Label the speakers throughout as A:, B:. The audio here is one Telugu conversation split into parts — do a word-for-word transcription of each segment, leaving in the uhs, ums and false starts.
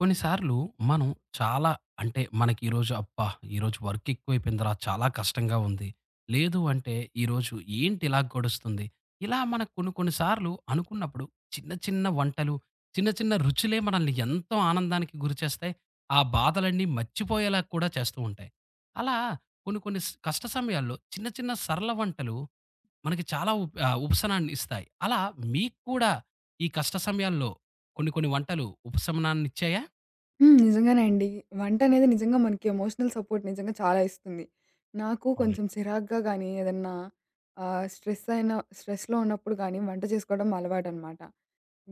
A: కొన్నిసార్లు మనం చాలా అంటే మనకి ఈరోజు అబ్బా! ఈరోజు వర్క్ ఎక్కువైపోయిందిరా! చాలా కష్టంగా ఉంది. లేదు అంటే ఈరోజు ఏంటి ఇలా గడుస్తుంది? ఇలా మనకు కొన్ని కొన్ని సార్లు అనుకున్నప్పుడు చిన్న చిన్న వంటలు, చిన్న చిన్న రుచులే మనల్ని ఎంతో ఆనందానికి గురిచేస్తాయి. ఆ బాధలన్నీ మర్చిపోయేలా కూడా చేస్తూ ఉంటాయి. అలా కొన్ని కొన్ని స్ కష్ట సమయాల్లో చిన్న చిన్న సరళ వంటలు మనకి చాలా ఉప్ ఆహ్, ఉపశమనాన్ని ఇస్తాయి. అలా మీకు కూడా ఈ కష్ట సమయాల్లో కొన్ని కొన్ని వంటలు ఉపశమనాన్నిచ్చాయా?
B: హ్మ్. నిజంగానే అండి. వంటనేది నిజంగా మనకి ఎమోషనల్ సపోర్ట్ నిజంగా చాలా ఇస్తుంది. నాకు
A: అవునండి.
B: కొంచెం చిరాగ్గా గానీ, ఏదన్నా ఆహ్, స్ట్రెస్ అయిన స్ట్రెస్‌లో ఉన్నప్పుడు గానీ, వంట చేసుకోవడం అలవాటనమాట.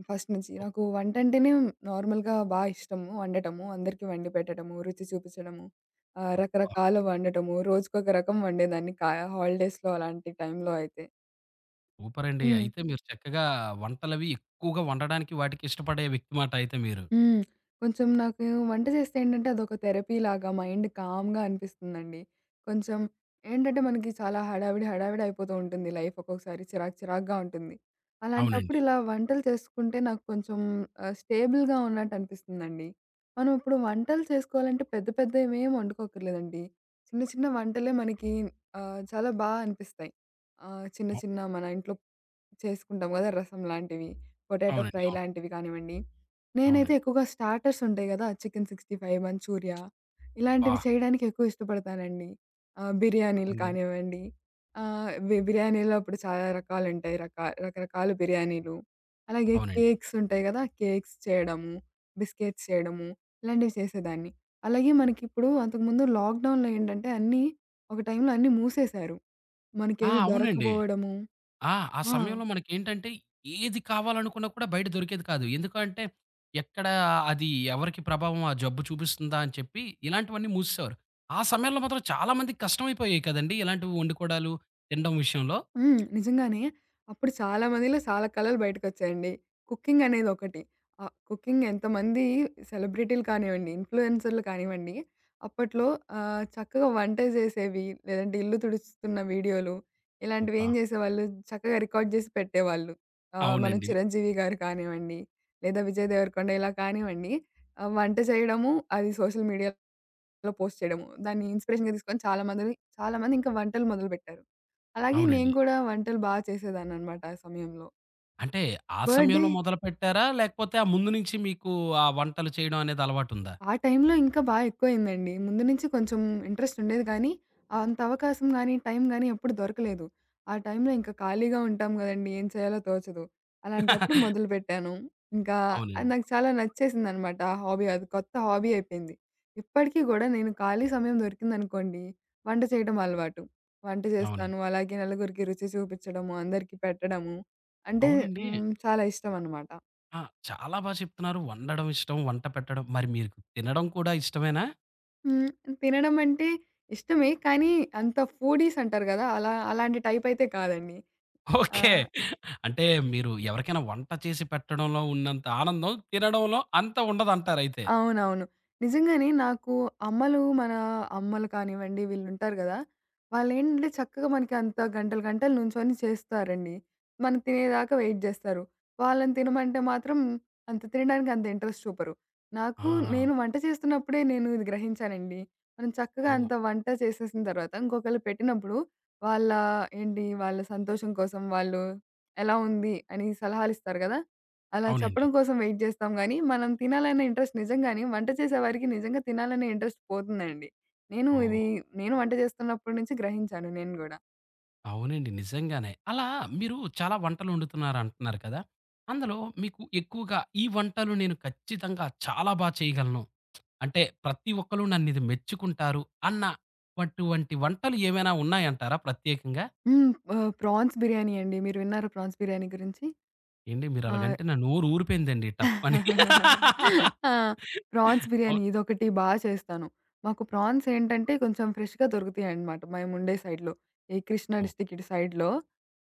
B: ఫస్ట్ నుంచి.
A: ఓహ్!
B: నాకు వంటంటేనే నార్మల్‌గా బా ఇష్టము. వండటము, అందరికీ వండి పెట్టడము, రుచి చూపించడము, ఆహ్,
A: అబ్బా!
B: రకరకాలు వండటము, రోజుకొక రకం వండేదాన్ని కా హాలిడేస్‌లో అలాంటి టైంలో అయితే.
A: సూపర్ అండి.
B: హ్మ్.
A: అయితే మీరు చక్కగా వంటలవి ఎక్కువగా వండడానికి వాటికి ఇష్టపడే వ్యక్తి మాట అయితే మీరు.
B: హ్మ్. కొంచెం నాకు వంట చేస్తే ఏంటంటే అదొక థెరపీలాగా మైండ్ కామ్‌గా అనిపిస్తుందండి. కొంచెం ఏంటంటే మనకి చాలా హడావిడి, హడావిడి అయిపోతూ ఉంటుంది లైఫ్ ఒక్కొక్కసారి చిరాకు, చిరాకుగా ఉంటుంది. అలాంటప్పుడు
A: అవునండి.
B: ఇలా వంటలు చేసుకుంటే నాకు కొంచెం ఆహ్, స్టేబుల్‌గా ఉన్నట్టు అనిపిస్తుందండి. మనం ఇప్పుడు వంటలు చేసుకోవాలంటే పెద్ద పెద్దవేం వండుకోక్కర్లేదండి. చిన్న చిన్న వంటలే మనకి ఆహ్, చాలా బా అనిపిస్తాయి. ఆహ్, చిన్న
A: అవు
B: చిన్న మన ఇంట్లో చేసుకుంటాం కదా! రసం లాంటివి, పొటాటో
A: అవునండి.
B: ఫ్రై
A: అవును.
B: లాంటివి కానివ్వండి. నేనైతే
A: అవునండి.
B: ఎక్కువగా స్టార్టర్స్ ఉంటాయి గదా! చికెన్ అరవై ఐదు, మంచూరియా
A: అబ్బా!
B: ఇలాంటివి చేయడానికి ఎక్కువ ఇష్టపడతానండి. ఆహ్,
A: సూపర్
B: బిర్యానీలు
A: అండి.
B: కానివ్వండి, ఆహ్, బి బిర్యానీలో ఇప్పుడు చాలా రకాలుంటాయి. రకా రకరకాల బిర్యానీలు. అలాగే
A: అవునండి.
B: కేక్స్ ఉంటాయి గదా! కేక్స్ చేయడము, బిస్కెట్స్ చేయడము ఇలాంటివి చేసేదాన్ని. అలాగే మనకిప్పుడు అంతకుముందు లాక్‌డౌన్‌లో ఏంటంటే అన్నీ ఒక టైంలో అన్నీ మూసేశారు.
A: ఆ!
B: మనకేది
A: అవునండి.
B: దొరకపోవడము
A: ఆ! ఆ
B: ఆ!
A: సమయంలో మనకేంటంటే ఏది కావాలనుకున్నా కూడా బయట దొరికేది కాదు. ఎందుకంటే ఎక్కడ అది ఎవరికి ప్రభావం ఆ జబ్బు చూపిస్తుందా అని చెప్పి ఇలాంటివన్నీ మూసేసేవారు. ఆ సమయంలో మాత్రం చాలా మందికి కష్టమైపోయాయి కదండీ! ఇలాంటివి వండుకోవడాలు, తినడం విషయంలో.
B: హ్మ్. నిజంగానే. అప్పుడు చాలా మందిలో చాలా కళలు బయటకొచ్చాయండి. కుకింగ్ అనేది ఒకటి. ఆహ్, కుకింగ్ ఎంతమంది సెలబ్రిటీలు కానివ్వండి, ఇన్‌ఫ్లుయెన్సర్‌లు కానివ్వండి, అప్పట్లో ఆహ్, చక్కగా వంట చేసేవి, లేదంటే ఇల్లు తుడుస్తున్న వీడియోలు, ఇలాంటివి
A: అబ్బా!
B: ఏం చేసేవాళ్ళు, చక్కగా రికార్డ్ చేసి పెట్టేవాళ్ళు. ఆహ్, మన
A: అవునండి.
B: 'చిరంజీవి' గారు కానివ్వండి, లేదా 'విజయ్ దేవరకొండ' ఇలా కానివ్వండి, ఆహ్, వంట చేయడము, అది సోషల్ మీడియాలో లో పోస్ట్ చేయడము. దాన్ని ఇన్‌స్పిరేషన్‌గా తీసుకొని చాలా మందిని చాలా మంది ఇంకా వంటలు మొదలుపెట్టారు. అలాగే నేను
A: అవునండి.
B: కూడా వంటలు బా చేసేదాన్ననమాట ఆ సమయంలో.
A: అంటే ఆ
B: బర్త్‌డే
A: సమయంలో మొదలుపెట్టారా? లేకపోతే ఆ ముందు నుంచి మీకు ఆ వంటలు చేయడం అనేది అలవాటుందా?
B: ఆ టైంలో ఇంకా బా ఎక్కువయిందండి. ముందు నుంచి కొంచెం ఇంట్రెస్ట్ ఉండేది గానీ, అంత అవకాశం గానీ, టైం గానీ ఎప్పుడు దొరకలేదు. ఆ టైంలో ఇంకా ఖాళీగా ఉంటాం గదండీ! ఏం చేయాలో తోచదు. అలాంటప్పుడు మొదలుపెట్టాను. ఇంకా అది
A: అవునండి.
B: నాకు చాలా నచ్చేసిందనమాట. ఆ హాబీ అది కొత్త హాబీ అయిపోయింది. ఇప్పటికి గూడా నేను ఖాళీ సమయం దొరికిందనుకోండి, వంట చేయడం అలవాటు. వంట
A: అవునండి.
B: చేస్తాను. అలాగే నలుగురికి రుచి చూపిచ్చడము, అందరికి పెట్టడము అంటే
A: అవునండి.
B: హ్మ్. చాలా ఇష్టమనమాట.
A: ఆ! చాలా బా చెప్తున్నారు. వండడం ఇష్టం, వంట పెట్టడం. మరి మీకు తినడం కూడా ఇష్టమేనా?
B: హ్మ్. తినడం అంటే ఇష్టమే. కానీ అంత ఫూడీస్ అంటారు గదా! అలా అలాంటి టైప్ అయితే కాదండి. ఆ!
A: ఓకే. అంటే మీరు ఎవరికైనా వంట చేసి పెట్టడంలో ఉన్నంత ఆనందం తినడంలో అంత ఉండదంటారయితే.
B: అవునవును. నిజంగానే నాకు అమ్మలు, మన అమ్మలు కానివ్వండి వీళ్ళుంటారు గదా! వాళ్ళేంటంటే చక్కగా మనకి అంత గంటలు, గంటలు నుంచొని చేస్తారండి. మనం తినేదాకా వెయిట్ జేస్తారు. వాళ్ళని తినమంటే మాత్రం అంత తినడానికి అంత ఇంట్రెస్ట్ చూపరు. నాకు
A: ఆ!
B: నేను వంట చేస్తున్నప్పుడే నేను ఇది గ్రహించానండి. మనం చక్కగా
A: ఓహ్!
B: అంత వంట చేసేసిన తర్వాత ఇంకొకళ్ళు పెట్టినప్పుడు వాళ్ళ ఏంటి వాళ్ళ సంతోషం కోసం వాళ్ళు ఎలా ఉంది అని సలహాలిస్తారు గదా! అలా
A: అవునండి.
B: చెప్పడం కోసం వెయిట్ చేస్తాం గానీ, మనం తినాలనే ఇంట్రెస్ట్ నిజంగానే వంట చేసేవారికి నిజంగా తినాలనే ఇంట్రెస్ట్ పోతుందండి. నేను ఇది
A: ఓహ్!
B: నేను వంట చేస్తున్నప్పటి నుంచి గ్రహించాను నేను గూడా.
A: అవునండి. నిజంగానే. అలా మీరు చాలా వంటలు వండుతున్నారు అంటున్నారు కదా! అందులో మీకు ఎక్కువగా ఈ వంటలు నేను ఖచ్చితంగా చాలా బా చేయగలను. అంటే ప్రతి ఒక్కళ్ళు నన్నిది మెచ్చుకుంటారు అన్న అటువంటి వంటలు ఏమైనా ఉన్నాయంటారా ప్రత్యేకంగా?
B: హ్మ్. ఆహ్, ప్రాన్స్ బిర్యానీ అండి. మీరు విన్నారా ప్రాన్స్ బిర్యానీ గురించి?
A: ఏండి
B: ఆ!
A: మీరలాగంటే నా నోరు ఊరిపోయిందండి టప్పని.
B: ఆ! ప్రాన్స్ బిర్యానీ
A: అవును.
B: ఇదొకటి బా చేస్తాను. మాకు ప్రాన్స్ ఏంటంటే కొంచెం ఫ్రెష్‌గా దొరుకుతాయన్నమాట. మేముండే సైడ్‌లో. ఈ కృష్ణా
A: ఓహ్!
B: డిస్ట్రిక్ట్ ఇటు సైడ్‌లో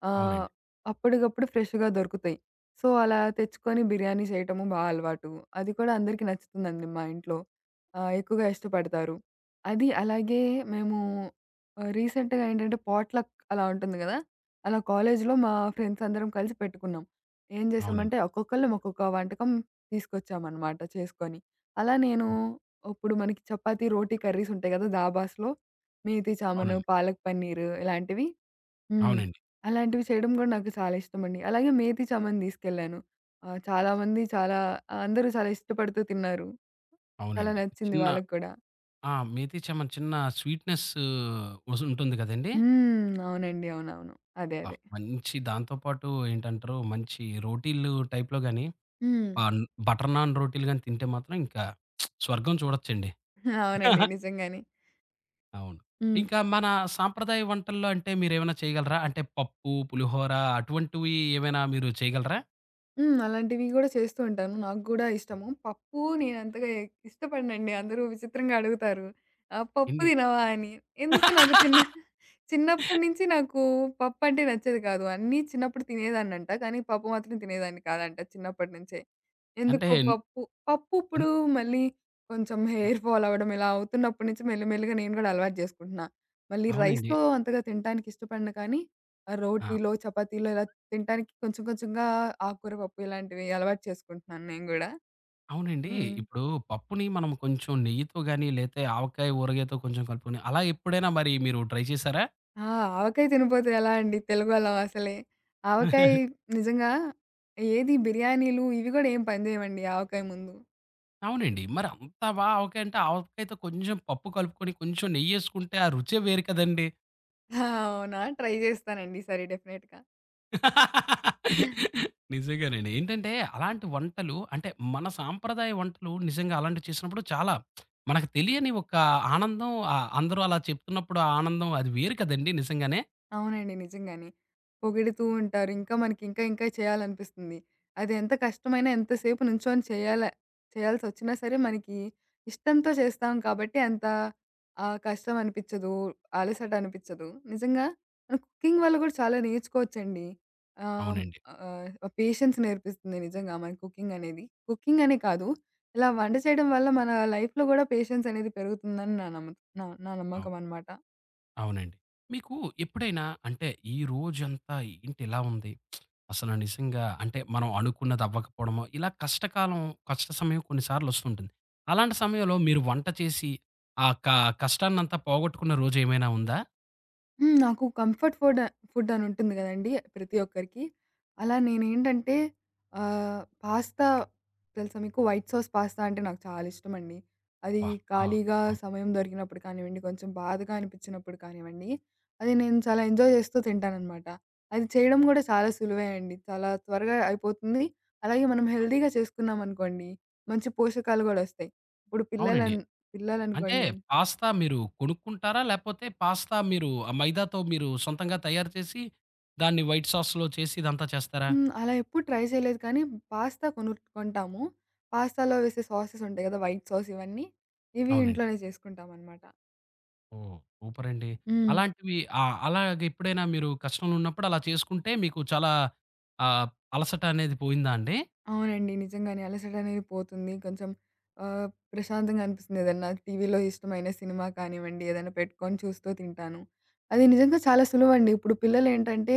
B: ఆహ్,
A: అవునండి.
B: అప్పటికప్పుడు ఫ్రెష్‌గా దొరుకుతాయి. సో, అలా తెచ్చుకొని బిర్యానీ చేయటము బా అలవాటు. అది కూడా అందరికి నచ్చుతుందండి మా ఇంట్లో. ఆహ్, ఎక్కువగా ఇష్టపడతారు. అది అలాగే మేము ఆహ్, రీసెంట్‌గా ఏంటంటే పాట్‌లక్ అలా ఉంటుంది గదా! అలా కాలేజీలో మా ఫ్రెండ్స్ అందరం కలిసి పెట్టుకున్నాం. ఏం
A: అవునండి.
B: చేసామంటే ఒక్కొక్కళ్ళం ఒక్కొక్క వంటకం తీసుకొచ్చామన్నమాట చేసుకొని. అలా నేను
A: హ్మ్.
B: ఇప్పుడు మనకి చపాతీ, రోటీ కర్రీస్ ఉంటాయి కదా! దాబాస్‌లో. మేతి చామను,
A: అవునండి.
B: పాలక్ పన్నీర్ ఇలాంటివి హ్మ్.
A: అవునండి.
B: అలాంటివి చేయడం కూడా నాకు చాలా ఇష్టమండి. అలాగే మేతి చామన్ తీసుకెళ్ళాను. ఆహ్, చాలామంది చాలా ఆ, అందరూ చాలా ఇష్టపడుతూ తిన్నారు. చాలా
A: అవునండి.
B: నచ్చింది
A: చిన్న
B: వాళ్ళకి కూడా.
A: ఆ! మేథి చమన్ చిన్న స్వీట్‌నెస్ వసుంటుంది కదండీ!
B: హ్మ్. అవునండి. అవునవును. అదే.
A: ఆ!
B: అదే.
A: మంచి దాంతో పాటు ఏంటంటారు, మంచి రోటీలు టైప్‌లో గాని,
B: హ్మ్.
A: ఆహ్, బటర్ నాన్ రోటీలు గాని తింటే మాత్రం ఇంకా స్వర్గం చూడొచ్చండి.
B: అవునండి. నిజంగానే.
A: అవును.
B: హ్మ్.
A: ఇంకా మన సాంప్రదాయ వంటల్లో అంటే మీరేమైనా చేయగలరా? అంటే పప్పు, పులిహోర అటువంటివి ఏమైనా మీరు చేయగలరా?
B: హ్మ్. అలాంటివి గూడా చేస్తూ ఉంటాను. నాకు గూడా ఇష్టము. పప్పు నేనంతగా ఎ ఇష్టపడనండి. అందరూ విచిత్రంగా అడుగుతారు. ఆహ్, పప్పు
A: ఏండి?
B: తినవా అని. ఎందుకో నాకు చిన్న చిన్నప్పటి నుంచి నాకు పప్పు అంటే నచ్చేది కాదు. అన్నీ చిన్నప్పుడు తినేదాన్నంట. కానీ పప్పు మాత్రం తినేదాన్ని కాదంట చిన్నప్పటి నుంచే.
A: అంటే
B: ఎందుకో పప్పు, పప్పు
A: అన్
B: ఇప్పుడు మళ్ళీ కొంచెం హెయిర్ ఫాల్ అవ్వడం ఇలా అవుతున్నప్పటి నుంచి మెల్లిమెల్లిగా నేను గూడా అలవాటు జేసుకుంటున్నా. మళ్ళీ
A: అవునండి.
B: రైస్‌తో అంతగా తినటానికి ఇష్టపడను కానీ, ఆహ్,
A: ఆ!
B: రోటీలో, చపాతీలో ఇలా తినటానికి కొంచెం కొంచెంగా ఆకుకూర పప్పు ఇలాంటివి అలవాటు చేసుకుంటున్నాను నేను గూడా.
A: అవునండి.
B: హ్మ్.
A: ఇప్పుడు పప్పుని మనం కొంచెం నెయ్యితో గాని, లేతే ఆవకాయ ఊరగాయతో కొంచెం కలుపుకొని అలా ఎప్పుడైనా మరి మీరు ట్రై చేసారా?
B: ఆ! ఆవకాయ తినపోతే ఎలా అండి తెలుగోళ్ళం అసలే. ఆవకాయ నిజంగా ఏది బిర్యానీలు ఇవి గూడా ఏం పనిజేయవండి ఆవకాయ ముందు.
A: అవునండి. మరి అంత బా ఆవకాయ అంటే, ఆవకాయతో కొంచెం పప్పు కలుపుకొని, కొంచెం నెయ్యేసుకుంటే ఆ రుచే వేరు కదండీ!
B: ఆ! అవునా? ట్రై జేస్తానండి ఈసారి డెఫినెట్‌గా.
A: నిజంగానండి. ఏంటంటే, అలాంటి వంటలు అంటే, మన సాంప్రదాయ వంటలు నిజంగా అలాంటివి చేసినప్పుడు చాలా మనకు తెలియని ఒక ఆనందం ఆహ్, అందరూ అలా చెప్తున్నప్పుడు ఆ ఆనందం అది వేరు కదండీ నిజంగానే.
B: అవునండి. నిజంగానే. పొగుడుతూ ఉంటారు. ఇంకా మనకి ఇంకా ఇంకా చేయాలనిపిస్తుంది. అది ఎంత కష్టమైనా ఎంతసేపు నుంచొని చేయాల చేయాల్సొచ్చినా సరే మనకి ఇష్టంతో చేస్తాం కాబట్టి అంత ఆహ్, కష్టం అనిపిచ్చదు. అలసట అనిపిచ్చదు. నిజంగా మనం కుకింగ్ వల్ల గూడా చాలా నేర్చుకోవచ్చండి. ఆహ్,
A: అవునండి.
B: ఆహ్, పేషెన్స్ నేర్పిస్తుంది నిజంగా మన కుకింగ్ అనేది. కుకింగ్ అనే కాదు. ఇలా వంట చేయడం వల్ల మన లైఫ్‌లో గూడా పేషెన్స్ అనేది పెరుగుతుందని నా నమ్మ నా నా
A: అవు
B: నమ్మకం అనమాట.
A: అవునండి. మీకు ఎప్పుడైనా అంటే, ఈ రోజంతా ఏంటి ఇలా ఉంది? అసలు నిజంగా అంటే మనం అనుకున్నది అవ్వకపోవడమో, ఇలా కష్టకాలం, కష్ట సమయం కొన్నిసార్లు వస్తుంటుంది. అలాంటి సమయంలో మీరు వంట చేసి ఆ క కష్టాన్నంతా పోగొట్టుకున్న రోజేమైనా ఉందా?
B: హ్మ్. నాకు కంఫర్ట్ ఫుడ్ ఫుడ్ అని ఉంటుంది గదండీ ప్రతి ఒక్కరికి. అలా నేనేంటంటే ఆహ్, పాస్తా తెలుసా మీకు? వైట్ సాస్ పాస్తా అంటే నాకు చాలా ఇష్టమండి. అది
A: అబ్బా! ఆ!
B: ఖాళీగా
A: అవును.
B: సమయం దొరికినప్పుడు కానివ్వండి, కొంచెం బాధగా అనిపించినప్పుడు కానివ్వండి, అది నేను చాలా ఎంజాయ్ చేస్తూ తింటాననమాట. అది చేయడం గూడా చాలా సులువే అండి. చాలా త్వరగా అయిపోతుంది. అలాగే మనం హెల్తీగా చేసుకున్నామనుకోండి, మంచి పోషకాలు గూడా ఒస్తాయి. ఇప్పుడు
A: అవునండి.
B: పిల్లలన్
A: అంటే
B: పిల్లలనుకోండి
A: పాస్తా మీరు కొనుక్కుంటారా? లేపోతే పాస్తా మీరు ఆ మైదాతో మీరు సొంతంగా తయారు చేసి, దాన్ని వైట్ సాస్‌లో చేసి ఇదంతా చేస్తారా?
B: హ్మ్. అలా ఎప్పుడు ట్రై చేయలేదు కానీ పాస్తా కొను కొంటాము. పాస్తాలో వేసే సాసెస్ ఉంటాయి గదా! వైట్ సాస్ ఇవన్నీ. ఇవి
A: అవునండి.
B: ఇంట్లోనే చేసుకుంటామనమాట.
A: ఓహ్! సూపరండి.
B: హ్మ్.
A: అలాంటివి ఆహ్, అలాగ ఎప్పుడైనా మీరు కష్టంలో ఉన్నప్పుడు అలా చేసుకుంటే మీకు చాలా ఆహ్, అలసట అనేది పోయిందా అండి?
B: అవునండి. నిజంగానే అలసటనేది పోతుంది. కొంచెం ఆహ్, ప్రశాంతంగా అనిపిస్తుంది. ఏదన్నా టీవీలో ఇష్టమైన సినిమా కానివ్వండి, ఏదైనా పెట్టుకొని చూస్తూ తింటాను. అది నిజంగా చాలా సులువండి. ఇప్పుడు పిల్లలేంటంటే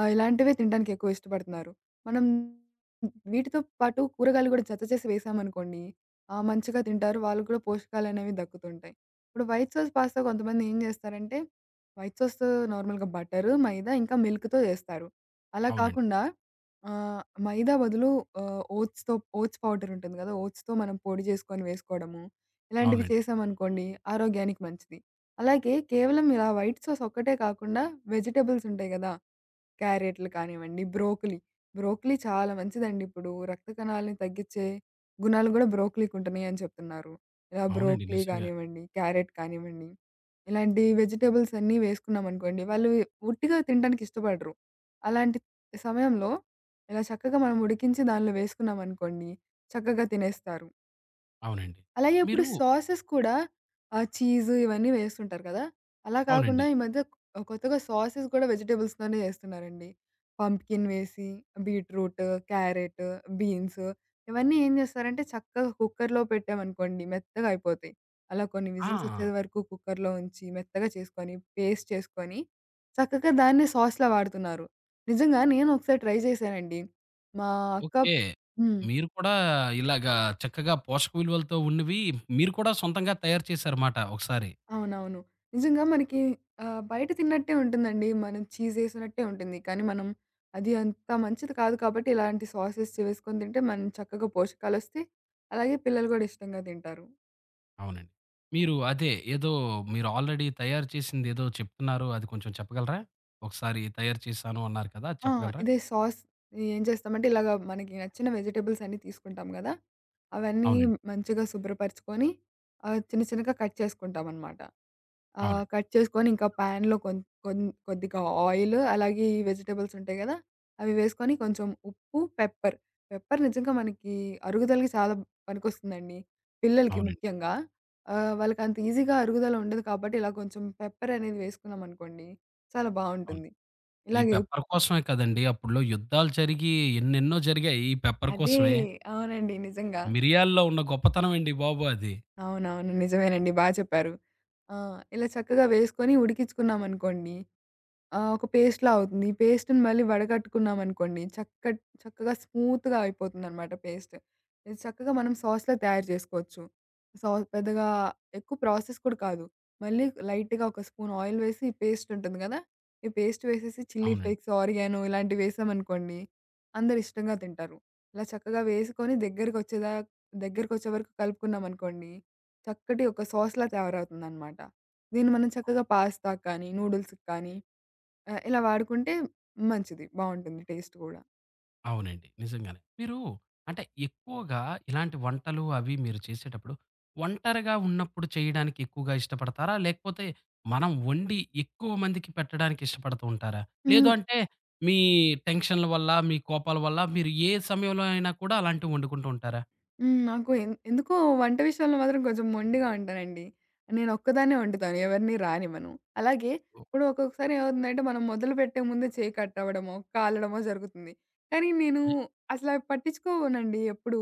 B: ఆహ్, ఇలాంటివే తినడానికి ఎక్కువ ఇష్టపడుతున్నారు. మనం వీటితో పాటు కూరగాయలు గూడా జత చేసి వేసామనుకోండి, ఆ! మంచిగా తింటారు. వాళ్ళకి కూడా పోషకాలనేవి దక్కుతుంటాయి. ఇప్పుడు వైట్ సాస్ పాస్తా కొంతమంది ఏం జేస్తారంటే, వైట్ సాస్ నార్మల్‌గా బటరు, మైదా ఇంకా మిల్క్‌తో జేస్తారు. అలా
A: అవునండి.
B: కాకుండా ఆహ్, మైదా బదులు ఆహ్, ఓట్స్‌తో ఓట్స్ పౌడర్ ఉంటుంది గదా! ఓట్స్‌తో మనం పొడి చేసుకొని వేసుకోవడము. ఇలాంటివి
A: అవునండి.
B: చేశామనుకోండి ఆరోగ్యానికి మంచిది. అలాగే కేవలం ఇలా వైట్ సాస్ ఒక్కటే కాకుండా వెజిటబుల్స్ ఉంటాయి గదా! క్యారెట్లు కానివ్వండి, బ్రోకలీ. బ్రోకలీ చాలా మంచిదండి ఇప్పుడు. రక్త కణాలని తగ్గించే గుణాలు గూడా బ్రోకలీకుంటున్నాయి అని చెప్తున్నారు. ఇలా
A: అవునండి.
B: బ్రోకలీ
A: నిజంగా.
B: కానివ్వండి, క్యారెట్ కానివ్వండి. ఇలాంటి వెజిటబుల్స్ అన్నీ వేసుకున్నామనుకోండి, వాళ్ళు ఉట్టిగా తినడానికి ఇష్టపడరు. అలాంటి సమయంలో ఇలా చక్కగా మనం ఉడికించి దానిలో వేసుకున్నామనుకోండి, చక్కగా తినేస్తారు.
A: అవునండి.
B: అలాగే
A: మీరు
B: ఇప్పుడు సాసెస్ కూడా ఆహ్, చీజు ఇవన్నీ వేస్తుంటారు కదా! అలా కాకుండా
A: అవునండి.
B: ఈ మధ్య ఆహ్, కొత్తగా సాసెస్ కూడా వెజిటబుల్స్‌తోనే చేస్తున్నారండి. పంప్కిన్ వేసి, బీట్రూట్, క్యారెట్, బీన్స్ ఇవన్నీ ఏం చేస్తారంటే చక్కగా కుక్కర్‌లో పెట్టామనుకోండి మెత్తగా అయిపోతాయి. అలా కొన్ని విజిల్స్
A: ఆ!
B: వచ్చేది వరకు కుక్కర్‌లో ఉంచి మెత్తగా చేసుకొని, పేస్ట్ చేసుకొని చక్కగా దాన్నే సాస్‌లా వాడుతున్నారు. నిజంగా నేను ఒకసారి ట్రై చేశానండి. మా అక్క
A: ఓకే.
B: హ్మ్.
A: మీరు కూడా ఇలాగా చక్కగా పోషక విలువలతో ఉన్నవి మీరు కూడా సొంతంగా తయారు చేశారుమాట ఒకసారి.
B: అవునవును. నిజంగా మనకి ఆహ్, బయట తిన్నట్టే ఉంటుందండి. మనం చీజేసినట్టే ఉంటుంది. కానీ మనం అది అంత మంచిది కాదు కాబట్టి ఇలాంటి సాసెస్ వేసుకొని తింటే మనం చక్కగా పోషకాలొస్తాయి. అలాగే పిల్లలు గూడా ఇష్టంగా తింటారు.
A: అవునండి. మీరు అదే ఏదో మీరు ఆల్రెడీ తయారు చేసిందేదో చెప్తున్నారు. అది కొంచెం చెప్పగలరా? ఒకసారి తయారు చేశాను అన్నారు కదా! అది
B: ఆ!
A: చెప్పగలరా?
B: ఇదే సాస్ ఏం చేస్తామంటే ఇలాగ మనకి నచ్చిన వెజిటబుల్స్ అన్నీ తీసుకుంటాం గదా! అవన్నీ
A: అవునండి.
B: మంచిగా శుభ్రపరుచుకొని ఆహ్, చిన్న చిన్నగా కట్ చేసుకుంటామనమాట. ఆహ్,
A: అవునండి.
B: కట్ చేసుకొని ఇంకా ప్యాన్‌లో కొన్ కొన్ కొద్దిగా ఆయిల్ అలాగే ఈ వెజిటబుల్స్ ఉంటాయి గదా! అవి వేసుకొని కొంచెం ఉప్పు, పెప్పర్. పెప్పర్ నిజంగా మనకి అరుగుదలకి చాలా పనికొస్తుందండి. పిల్లలకి
A: అవునండి.
B: ముఖ్యంగా. ఆహ్, వాళ్ళకి అంత ఈజీగా అరుగుదల ఉండదు కాబట్టి ఇలా కొంచెం పెప్పర్ అనేది వేసుకున్నామనుకోండి చాలా
A: అవును.
B: బావుంటుంది.
A: ఈ
B: ఇలాగే ఉప్-
A: పెప్పర్ కోసమే కదండీ! అప్పట్లో యుద్ధాలు జరిగి ఎన్నెన్నో జరిగాయి ఈ పెప్పర్
B: అదే
A: కోసమే.
B: అవునండి. నిజంగా.
A: మిరియాల్లో ఉన్న గొప్పతనం అండి బాబు అది.
B: అవునవును. నిజమేనండి. బా చెప్పారు. ఆ! ఇలా చక్కగా వేసుకొని ఉడికించుకున్నామనుకోండి ఆ! ఒక పేస్ట్‌లా అవుతుంది. ఈ పేస్ట్‌ని మళ్ళీ వడగట్టుకున్నామనుకోండి, చక్క చక్కగా స్మూత్‌గా అయిపోతుందనమాట పేస్ట్. ఇది చక్కగా మనం సాస్‌లా తయారు చేసుకోవచ్చు. సాస్ పెద్దగా ఎక్కువ ప్రాసెస్ కూడా కాదు. మళ్ళీ లైట్‌గా ఒక స్పూన్ ఆయిల్ వేసి ఈ పేస్ట్ ఉంటుంది కదా! ఈ పేస్ట్ వేసేసి చిల్లీ
A: అవునండి.
B: ఫ్లేక్స్, ఆరిగానో ఇలాంటివి వేసామనుకోండి, అందరూ ఇష్టంగా తింటారు. ఇలా చక్కగా వేసుకొని దగ్గరికొచ్చేదా దగ్గరికొచ్చే వరకు కలుపుకున్నామనుకోండి, చక్కటి ఒక సాస్‌లా తయారవుతుందనమాట. దీన్ని మనం చక్కగా పాస్తా కానీ, నూడిల్స్‌కి కానీ ఆ! ఇలా వాడుకుంటే మంచిది. బావుంటుంది టేస్ట్ గూడా.
A: అవునండి. నిజంగానే. మీరు అంటే ఎక్కువగా ఇలాంటి వంటలు అవి మీరు చేసేటప్పుడు, ఒంటరిగా ఉన్నప్పుడు చేయడానికి ఎక్కువగా ఇష్టపడతారా? లేకపోతే మనం వండి ఎక్కువ మందికి పెట్టడానికి ఇష్టపడుతూ ఉంటారా? లేదు
B: హ్మ్.
A: అంటే మీ టెన్షన్‌ల వల్ల, మీ కోపాల వల్ల మీరు ఏ సమయంలో అయినా కూడా అలాంటివి వండుకుంటూ ఉంటారా?
B: హ్మ్. నాకు ఎన్ ఎందుకో వంట విషయంలో మాత్రం కొంచెం మొండిగా ఉంటానండి. నేనొక్కదాన్నే వండుతాను. ఎవరిని రానివ్వను. అలాగే
A: ఓహ్!
B: ఇప్పుడు ఒక్కొక్కసారి ఏమవుతుందంటే మనం మొదలుపెట్టే ముందే చేయి కట్ అవ్వడమో, కాలడమో జరుగుతుంది. కానీ నేను
A: అయ్
B: అసలు అవి పట్టించుకోనండి ఎప్పుడూ.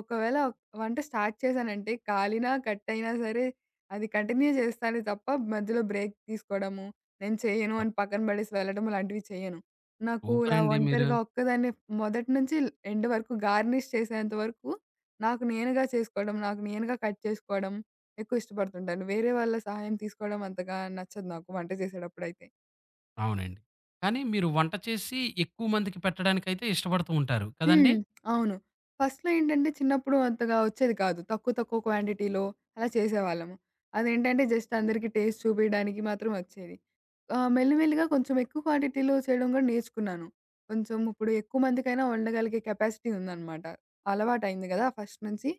B: ఒకవేళ వంట స్టార్ట్ చేశానంటే కాలినా, కట్ అయినా సరే అది కంటిన్యూ చేస్తానే తప్ప మధ్యలో బ్రేక్ తీసుకోవడము, నేను చేయను
A: వ
B: అని పక్కన పడేసి వెళ్ళడం లాంటివి చేయను. నాకు ఇలా
A: సూపరండి మీరు.
B: ఒంటరిగా ఒక్కదాన్నే మొదటి నుంచి ఎండ్ వరకు గార్నిష్ చేసేంత వరకు నాకు నేనుగా చేసుకోవడం, నాకు నేనుగా కట్ చేసుకోవడం ఎక్కువ ఇష్టపడుతుంటాను. వేరే వాళ్ళ సహాయం తీసుకోవడం అంతగా నచ్చదు నాకు వంట చేసేటప్పుడైతే.
A: అవునండి. కానీ మీరు వంట చేసి ఎక్కువ మందికి పెట్టడానికైతే ఇష్టపడుతూ ఉంటారు. కదండీ?
B: హ్మ్. అవును. ఫస్ట్‌లో ఏంటంటే చిన్నప్పుడు అంతగా వచ్చేది కాదు. తక్కువ తక్కువ క్వాంటిటీలో అలా చేసేవాళ్ళము. అదేంటంటే జస్ట్ అందరికి టేస్ట్ చూపియడానికి మాత్రం వచ్చేది. ఆహ్, మెల్లిమెల్లిగా కొంచెం ఎక్కువ క్వాంటిటీలో చేయడం కూడా నేర్చుకున్నాను. కొంచెం ఇప్పుడు ఎక్కువ మందికైనా వండగలిగే కెపాసిటీ ఉందనమాట. అలవాటయింది గదా! ఫస్ట్ నుంచి.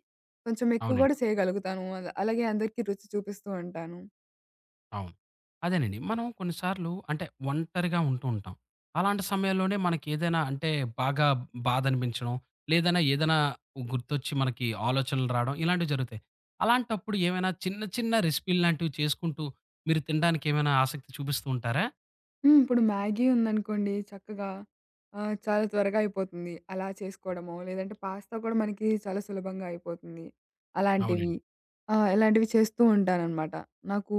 B: కొంచెం ఎక్కువ
A: అవునండి.
B: గూడా చేయగలుగుతాను. అలాగే అందరికీ రుచి చూపిస్తూ ఉంటాను.
A: అవును. అదేనండి. మనం కొన్నిసార్లు అంటే ఒంటరిగా ఉంటూ ఉంటాం. అలాంటి సమయాల్లోనే మనకేదైనా అంటే బాగా బాధనిపించడం, లేదన్నా ఏదైనా గుర్తొచ్చి మనకి ఆలోచనలు రావడం ఇలాంటివి జరుగుతాయి. అలాంటప్పుడు ఏమైనా చిన్న చిన్న రెసిపీలు లాంటివి చేసుకుంటూ మీరు తినడానికి ఏమైనా ఆసక్తి చూపిస్తూ ఉంటారా?
B: హ్మ్. ఇప్పుడు మ్యాగీ ఉందనుకోండి చక్కగా ఆహ్, చాలా త్వరగా అయిపోతుంది. అలా చేసుకోవడమో, లేదంటే పాస్తా కూడా మనకి చాలా సులభంగా అయిపోతుంది. అలాంటివి.
A: అవునండి.
B: ఆహ్, ఇలాంటివి చేస్తూ ఉంటాననమాట. నాకు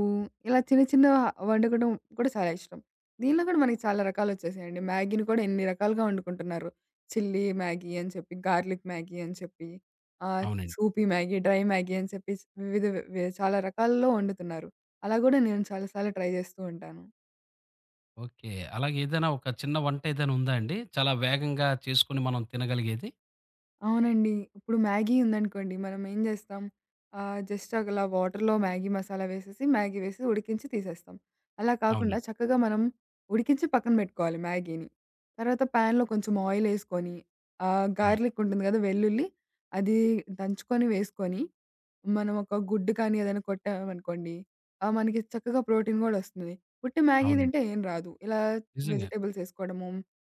B: ఇలా చిన్న చిన్న వండుకోవడం కూడా చాలా ఇష్టం. దీనిలో కూడా మనకి చాలా రకాలొచ్చేసాయండి. మ్యాగీని కూడా ఎన్ని రకాలుగా వండుకుంటున్నారు. చిల్లీ మ్యాగీ అని చెప్పి, గార్లిక్ మ్యాగీ అని చెప్పి, ఆహ్,
A: అవునండి.
B: సూపీ మ్యాగీ, డ్రై మ్యాగీ అని చెప్పి వివిధ వి చాలా రకాల్లో వండుతున్నారు. అలా కూడా నేను చాలా సార్లు ట్రై చేస్తూ ఉంటాను.
A: ఓకే. అలాగే ఏదైనా ఒక చిన్న వంట ఏదైనా ఉందా అండి? చాలా వేగంగా చేసుకొని మనం తినగలిగేది?
B: అవునండి. ఇప్పుడు మ్యాగీ ఉందనుకోండి, మనం ఏం జేస్తాం, ఆహ్, జస్ట్ అలా వాటర్‌లో మ్యాగీ మసాలా వేసేసి, మ్యాగీ వేసి ఉడికించి తీసేస్తాం. అలా కాకుండా
A: అవునండి.
B: చక్కగా మనం ఉడికించి పక్కన బెట్టుకోవాలి మ్యాగీని. తర్వాత ప్యాన్‌లో కొంచెం ఆయిలేసుకొని, ఆహ్,
A: అవును.
B: గార్లిక్ ఉంటుంది గదా! వెల్లుల్లి, అది దంచుకొని వేసుకొని, మనం ఒక గుడ్డు కానీ ఏదైనా కొట్టామనుకోండి, ఆహ్, మనకి చక్కగా ప్రోటీన్ గూడా ఒస్తుంది. ఉట్టి మ్యాగీ
A: అవునండి.
B: తింటే ఏం రాదు. ఇలా
A: నిజంగా.
B: వెజిటబుల్స్ ఏసుకోవడము,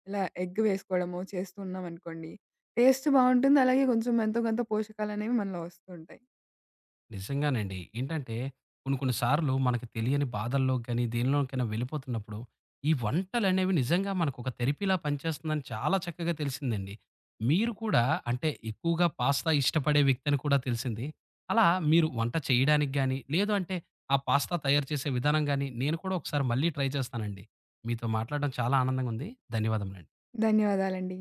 B: ఇలా ఎగ్ వేసుకోవడము చేస్తున్నామనుకోండి టేస్ట్ బావుంటుంది. అలాగే కొంచెం ఎంతో కొంత పోషకాలనేవి మనలో వస్తూ ఉంటాయి.
A: నిజంగానండి. ఏంటంటే కొన్ని కొన్ని సార్లు మనకు తెలియని బాధల్లోకి గాని, దేనిలోకైనా వెళ్ళిపోతున్నప్పుడు, ఈ వంటలనేవి నిజంగా మనకొక థెరపీలా పనిచేస్తుందని చాలా చక్కగా తెలిసిందండి. మీరు కూడా అంటే ఎక్కువగా పాస్తా ఇష్టపడే వ్యక్తి అని కూడా తెలిసింది. అలా మీరు వంట చేయడానికి గాని, లేదు అంటే ఆ పాస్తా తయారు చేసే విధానం గాని, నేను కూడా ఒకసారి మళ్ళీ ట్రై చేస్తానండి. మీతో మాట్లాడడం చాలా ఆనందంగా ఉంది. ధన్యవాదములండి.
B: ధన్యవాదాలండి.